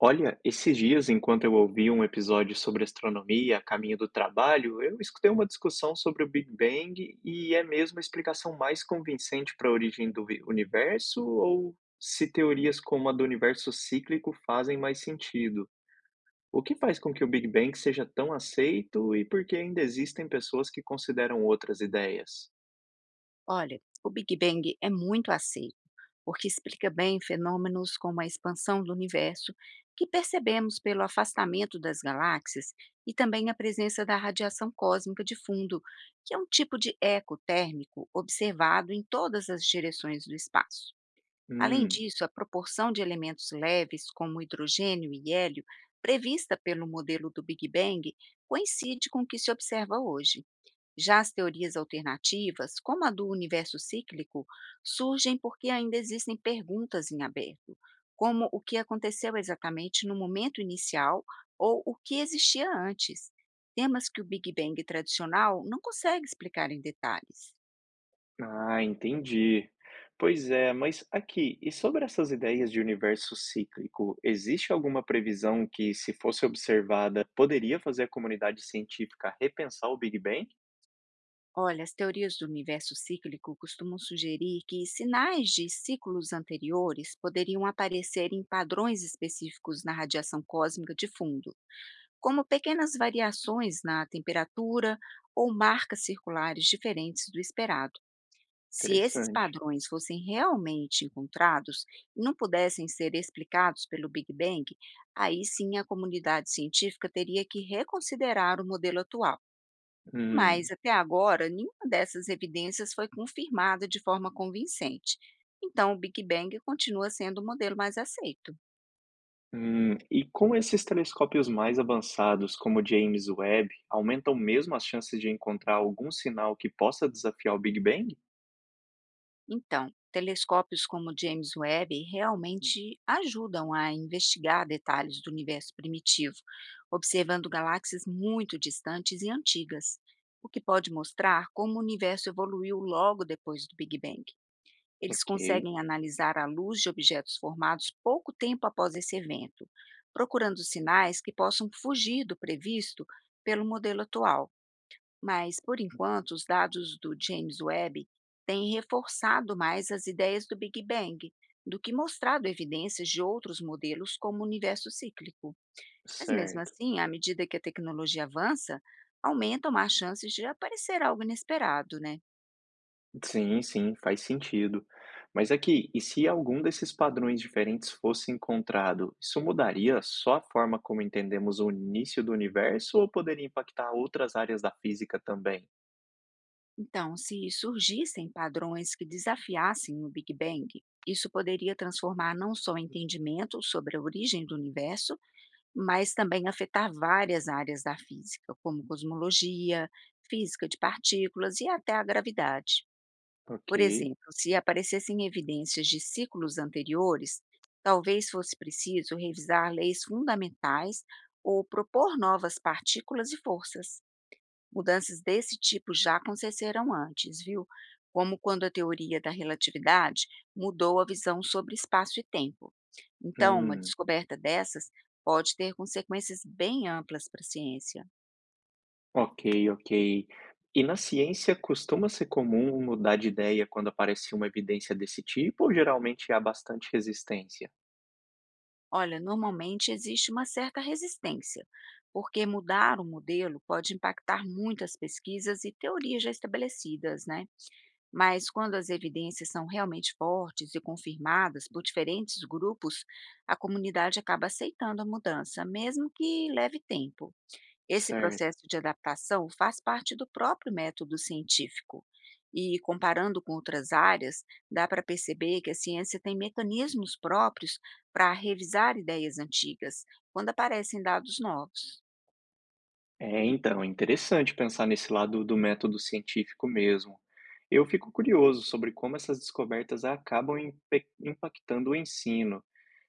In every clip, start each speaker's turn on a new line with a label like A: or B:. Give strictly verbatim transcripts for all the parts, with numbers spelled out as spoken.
A: Olha, esses dias, enquanto eu ouvia um episódio sobre astronomia a caminho do trabalho, eu escutei uma discussão sobre o Big Bang e é mesmo a explicação mais convincente para a origem do vi- universo ou se teorias como a do universo cíclico fazem mais sentido? O que faz com que o Big Bang seja tão aceito e por que ainda existem pessoas que consideram outras ideias?
B: Olha, o Big Bang é muito aceito, porque explica bem fenômenos como a expansão do universo, que percebemos pelo afastamento das galáxias, e também a presença da radiação cósmica de fundo, que é um tipo de eco térmico observado em todas as direções do espaço. Além
A: Hum.
B: disso, a proporção de elementos leves, como hidrogênio e hélio, prevista pelo modelo do Big Bang, coincide com o que se observa hoje. Já as teorias alternativas, como a do universo cíclico, surgem porque ainda existem perguntas em aberto, como o que aconteceu exatamente no momento inicial ou o que existia antes, temas que o Big Bang tradicional não consegue explicar em detalhes.
A: Ah, entendi. Pois é, mas aqui, e sobre essas ideias de universo cíclico, existe alguma previsão que, se fosse observada, poderia fazer a comunidade científica repensar o Big Bang?
B: Olha, as teorias do universo cíclico costumam sugerir que sinais de ciclos anteriores poderiam aparecer em padrões específicos na radiação cósmica de fundo, como pequenas variações na temperatura ou marcas circulares diferentes do esperado. Se esses
A: Interessante.
B: padrões fossem realmente encontrados e não pudessem ser explicados pelo Big Bang, aí sim a comunidade científica teria que reconsiderar o modelo atual. Mas
A: Hum.
B: até agora, nenhuma dessas evidências foi confirmada de forma convincente. Então, o Big Bang continua sendo o modelo mais aceito.
A: Hum, e como esses telescópios mais avançados, como o James Webb, aumentam mesmo as chances de encontrar algum sinal que possa desafiar o Big Bang?
B: Então, telescópios como o James Webb realmente ajudam a investigar detalhes do universo primitivo, observando galáxias muito distantes e antigas, o que pode mostrar como o universo evoluiu logo depois do Big Bang. Eles
A: Ok,
B: conseguem analisar a luz de objetos formados pouco tempo após esse evento, procurando sinais que possam fugir do previsto pelo modelo atual. Mas, por enquanto, os dados do James Webb têm reforçado mais as ideias do Big Bang do que mostrado evidências de outros modelos como o universo cíclico. Mas mesmo
A: certo.
B: assim, à medida que a tecnologia avança, aumentam as chances de aparecer algo inesperado, né?
A: Sim, sim, faz sentido. Mas aqui, e se algum desses padrões diferentes fosse encontrado, isso mudaria só a forma como entendemos o início do universo ou poderia impactar outras áreas da física também?
B: Então, se surgissem padrões que desafiassem o Big Bang, isso poderia transformar não só o entendimento sobre a origem do universo, mas também afetar várias áreas da física, como cosmologia, física de partículas e até a gravidade.
A: Ok.
B: Por exemplo, se aparecessem evidências de ciclos anteriores, talvez fosse preciso revisar leis fundamentais ou propor novas partículas e forças. Mudanças desse tipo já aconteceram antes, viu? Como quando a teoria da relatividade mudou a visão sobre espaço e tempo. Então, uma
A: Hum.
B: descoberta dessas pode ter consequências bem amplas para a ciência.
A: Ok, ok. E na ciência costuma ser comum mudar de ideia quando aparece uma evidência desse tipo, ou geralmente há bastante resistência?
B: Olha, normalmente existe uma certa resistência, porque mudar o modelo pode impactar muitas pesquisas e teorias já estabelecidas, né? Mas quando as evidências são realmente fortes e confirmadas por diferentes grupos, a comunidade acaba aceitando a mudança, mesmo que leve tempo. Esse
A: Certo.
B: processo de adaptação faz parte do próprio método científico. E comparando com outras áreas, dá para perceber que a ciência tem mecanismos próprios para revisar ideias antigas quando aparecem dados novos.
A: É, então, é interessante pensar nesse lado do método científico mesmo. Eu fico curioso sobre como essas descobertas acabam impe- impactando o ensino.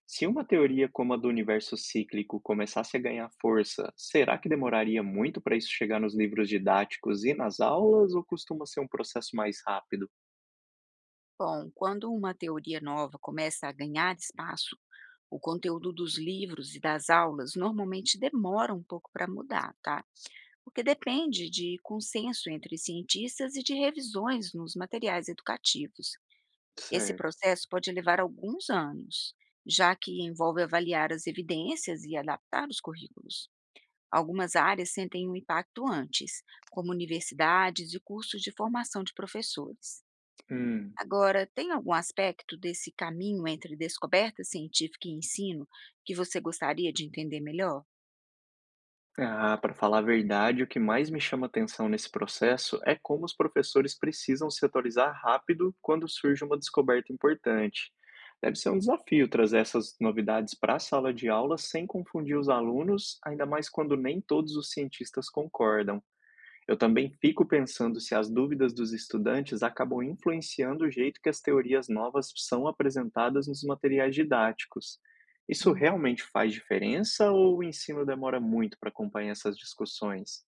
A: Se uma teoria como a do universo cíclico começasse a ganhar força, será que demoraria muito para isso chegar nos livros didáticos e nas aulas, ou costuma ser um processo mais rápido?
B: Bom, quando uma teoria nova começa a ganhar espaço, o conteúdo dos livros e das aulas normalmente demora um pouco para mudar, tá? Porque depende de consenso entre cientistas e de revisões nos materiais educativos. Esse
A: Certo.
B: processo pode levar alguns anos, já que envolve avaliar as evidências e adaptar os currículos. Algumas áreas sentem um impacto antes, como universidades e cursos de formação de professores.
A: Hum.
B: Agora, tem algum aspecto desse caminho entre descoberta científica e ensino que você gostaria de entender melhor?
A: Ah, para falar a verdade, o que mais me chama atenção nesse processo é como os professores precisam se atualizar rápido quando surge uma descoberta importante. Deve ser um desafio trazer essas novidades para a sala de aula sem confundir os alunos, ainda mais quando nem todos os cientistas concordam. Eu também fico pensando se as dúvidas dos estudantes acabam influenciando o jeito que as teorias novas são apresentadas nos materiais didáticos. Isso
B: Uhum.
A: realmente faz diferença ou o ensino demora muito para acompanhar essas discussões?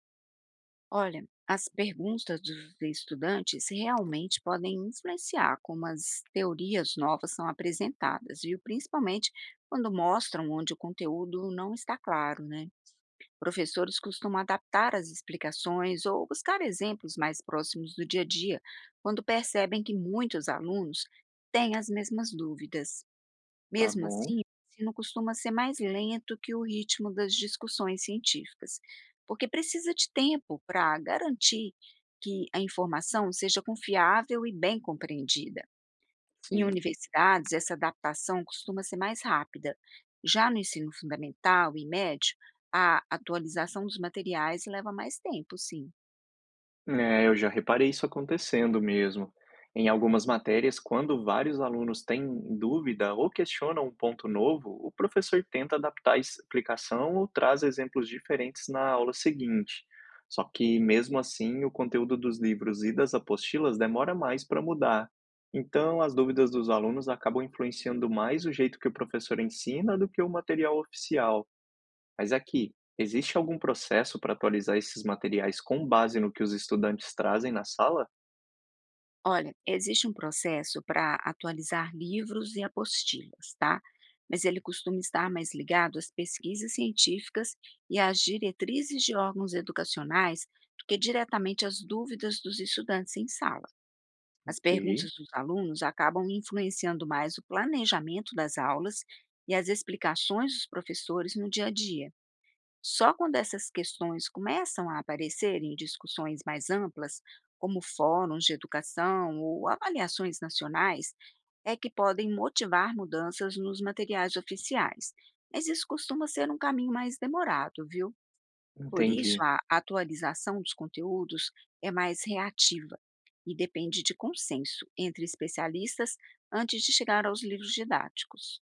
B: Olha, as perguntas dos estudantes realmente podem influenciar como as teorias novas são apresentadas, viu? Principalmente quando mostram onde o conteúdo não está claro, né? Professores costumam adaptar as explicações ou buscar exemplos mais próximos do dia a dia, quando percebem que muitos alunos têm as mesmas dúvidas.
A: Tá
B: Mesmo
A: bom,
B: assim, o ensino costuma ser mais lento que o ritmo das discussões científicas, porque precisa de tempo para garantir que a informação seja confiável e bem compreendida. Em
A: sim.
B: universidades, essa adaptação costuma ser mais rápida. Já no ensino fundamental e médio, a atualização dos materiais leva mais tempo, sim.
A: É, eu já reparei isso acontecendo mesmo. Em algumas matérias, quando vários alunos têm dúvida ou questionam um ponto novo, o professor tenta adaptar a explicação ou traz exemplos diferentes na aula seguinte. Só que, mesmo assim, o conteúdo dos livros e das apostilas demora mais para mudar. Então, as dúvidas dos alunos acabam influenciando mais o jeito que o professor ensina do que o material oficial. Mas aqui, existe algum processo para atualizar esses materiais com base no que os estudantes trazem na sala?
B: Olha, existe um processo para atualizar livros e apostilas, tá? Mas ele costuma estar mais ligado às pesquisas científicas e às diretrizes de órgãos educacionais do que diretamente às dúvidas dos estudantes em sala. As
A: Ok,
B: perguntas dos alunos acabam influenciando mais o planejamento das aulas e as explicações dos professores no dia a dia. Só quando essas questões começam a aparecer em discussões mais amplas, como fóruns de educação ou avaliações nacionais, é que podem motivar mudanças nos materiais oficiais. Mas isso costuma ser um caminho mais demorado, viu? Por isso,
A: entendi.
B: a atualização dos conteúdos é mais reativa e depende de consenso entre especialistas antes de chegar aos livros didáticos.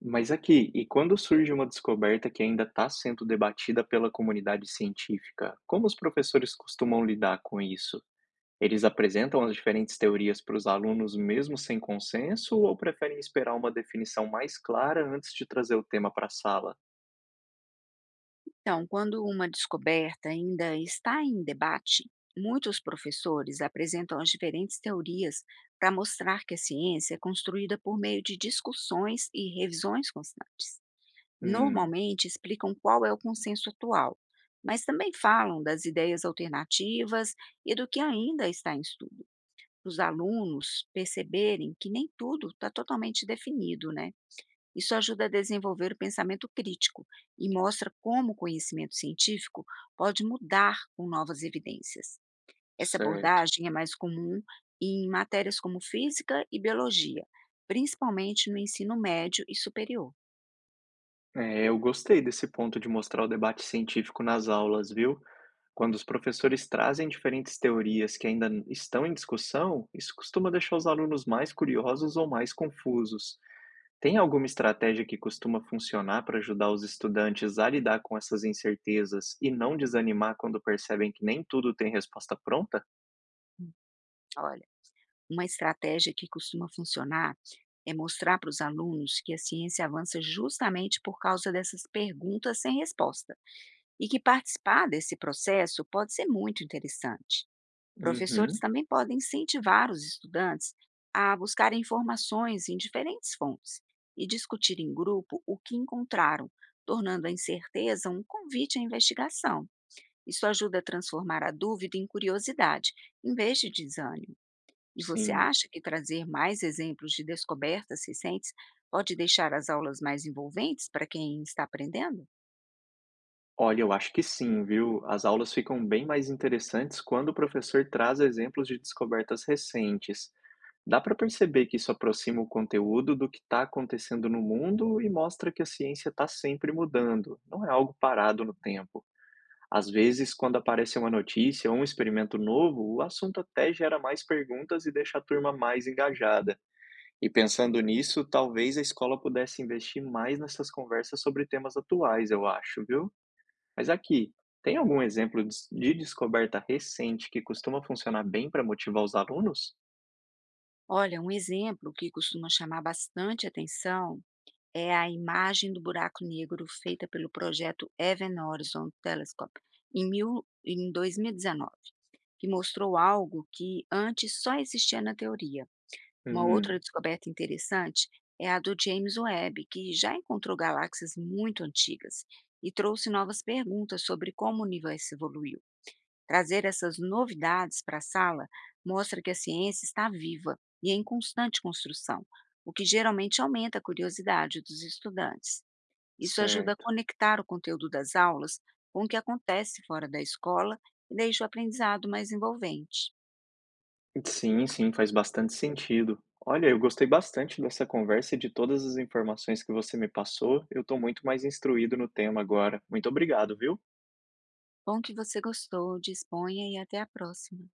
A: Mas aqui, e quando surge uma descoberta que ainda está sendo debatida pela comunidade científica, como os professores costumam lidar com isso? Eles apresentam as diferentes teorias para os alunos mesmo sem consenso ou preferem esperar uma definição mais clara antes de trazer o tema para a sala?
B: Então, quando uma descoberta ainda está em debate, muitos professores apresentam as diferentes teorias para mostrar que a ciência é construída por meio de discussões e revisões constantes.
A: Hum,
B: Normalmente explicam qual é o consenso atual, mas também falam das ideias alternativas e do que ainda está em estudo. Os alunos perceberem que nem tudo está totalmente definido, né? Isso ajuda a desenvolver o pensamento crítico e mostra como o conhecimento científico pode mudar com novas evidências. Essa
A: certo.
B: abordagem é mais comum em matérias como física e biologia, principalmente no ensino médio e superior.
A: É, eu gostei desse ponto de mostrar o debate científico nas aulas, viu? Quando os professores trazem diferentes teorias que ainda n- estão em discussão, isso costuma deixar os alunos mais curiosos ou mais confusos. Tem alguma estratégia que costuma funcionar para ajudar os estudantes a lidar com essas incertezas e não desanimar quando percebem que nem tudo tem resposta pronta?
B: Olha, uma estratégia que costuma funcionar é mostrar para os alunos que a ciência avança justamente por causa dessas perguntas sem resposta e que participar desse processo pode ser muito interessante. Professores
A: Uhum,
B: também podem incentivar os estudantes a buscar informações em diferentes fontes e discutir em grupo o que encontraram, tornando a incerteza um convite à investigação. Isso ajuda a transformar a dúvida em curiosidade, em vez de desânimo. E você
A: sim.
B: acha que trazer mais exemplos de descobertas recentes pode deixar as aulas mais envolventes para quem está aprendendo?
A: Olha, eu acho que sim, viu? As aulas ficam bem mais interessantes quando o professor traz exemplos de descobertas recentes. Dá para perceber que isso aproxima o conteúdo do que está acontecendo no mundo e mostra que a ciência está sempre mudando, não é algo parado no tempo. Às vezes, quando aparece uma notícia ou um experimento novo, o assunto até gera mais perguntas e deixa a turma mais engajada. E pensando nisso, talvez a escola pudesse investir mais nessas conversas sobre temas atuais, eu acho, viu? Mas aqui, tem algum exemplo de de descoberta recente que costuma funcionar bem para motivar os alunos?
B: Olha, um exemplo que costuma chamar bastante atenção é a imagem do buraco negro feita pelo projeto Event Horizon Telescope em mil em dois mil e dezenove, que mostrou algo que antes só existia na teoria. Uma outra
A: Hum,
B: descoberta interessante é a do James Webb, que já encontrou galáxias muito antigas e trouxe novas perguntas sobre como o universo evoluiu. Trazer essas novidades para a sala mostra que a ciência está viva e em constante construção, o que geralmente aumenta a curiosidade dos estudantes. Isso ajuda a
A: certo.
B: conectar o conteúdo das aulas com o que acontece fora da escola e deixa o aprendizado mais envolvente.
A: Sim, sim, faz bastante sentido. Olha, eu gostei bastante dessa conversa e de todas as informações que você me passou. Eu estou muito mais instruído no tema agora. Muito obrigado, viu?
B: Bom que você gostou, disponha e até a próxima.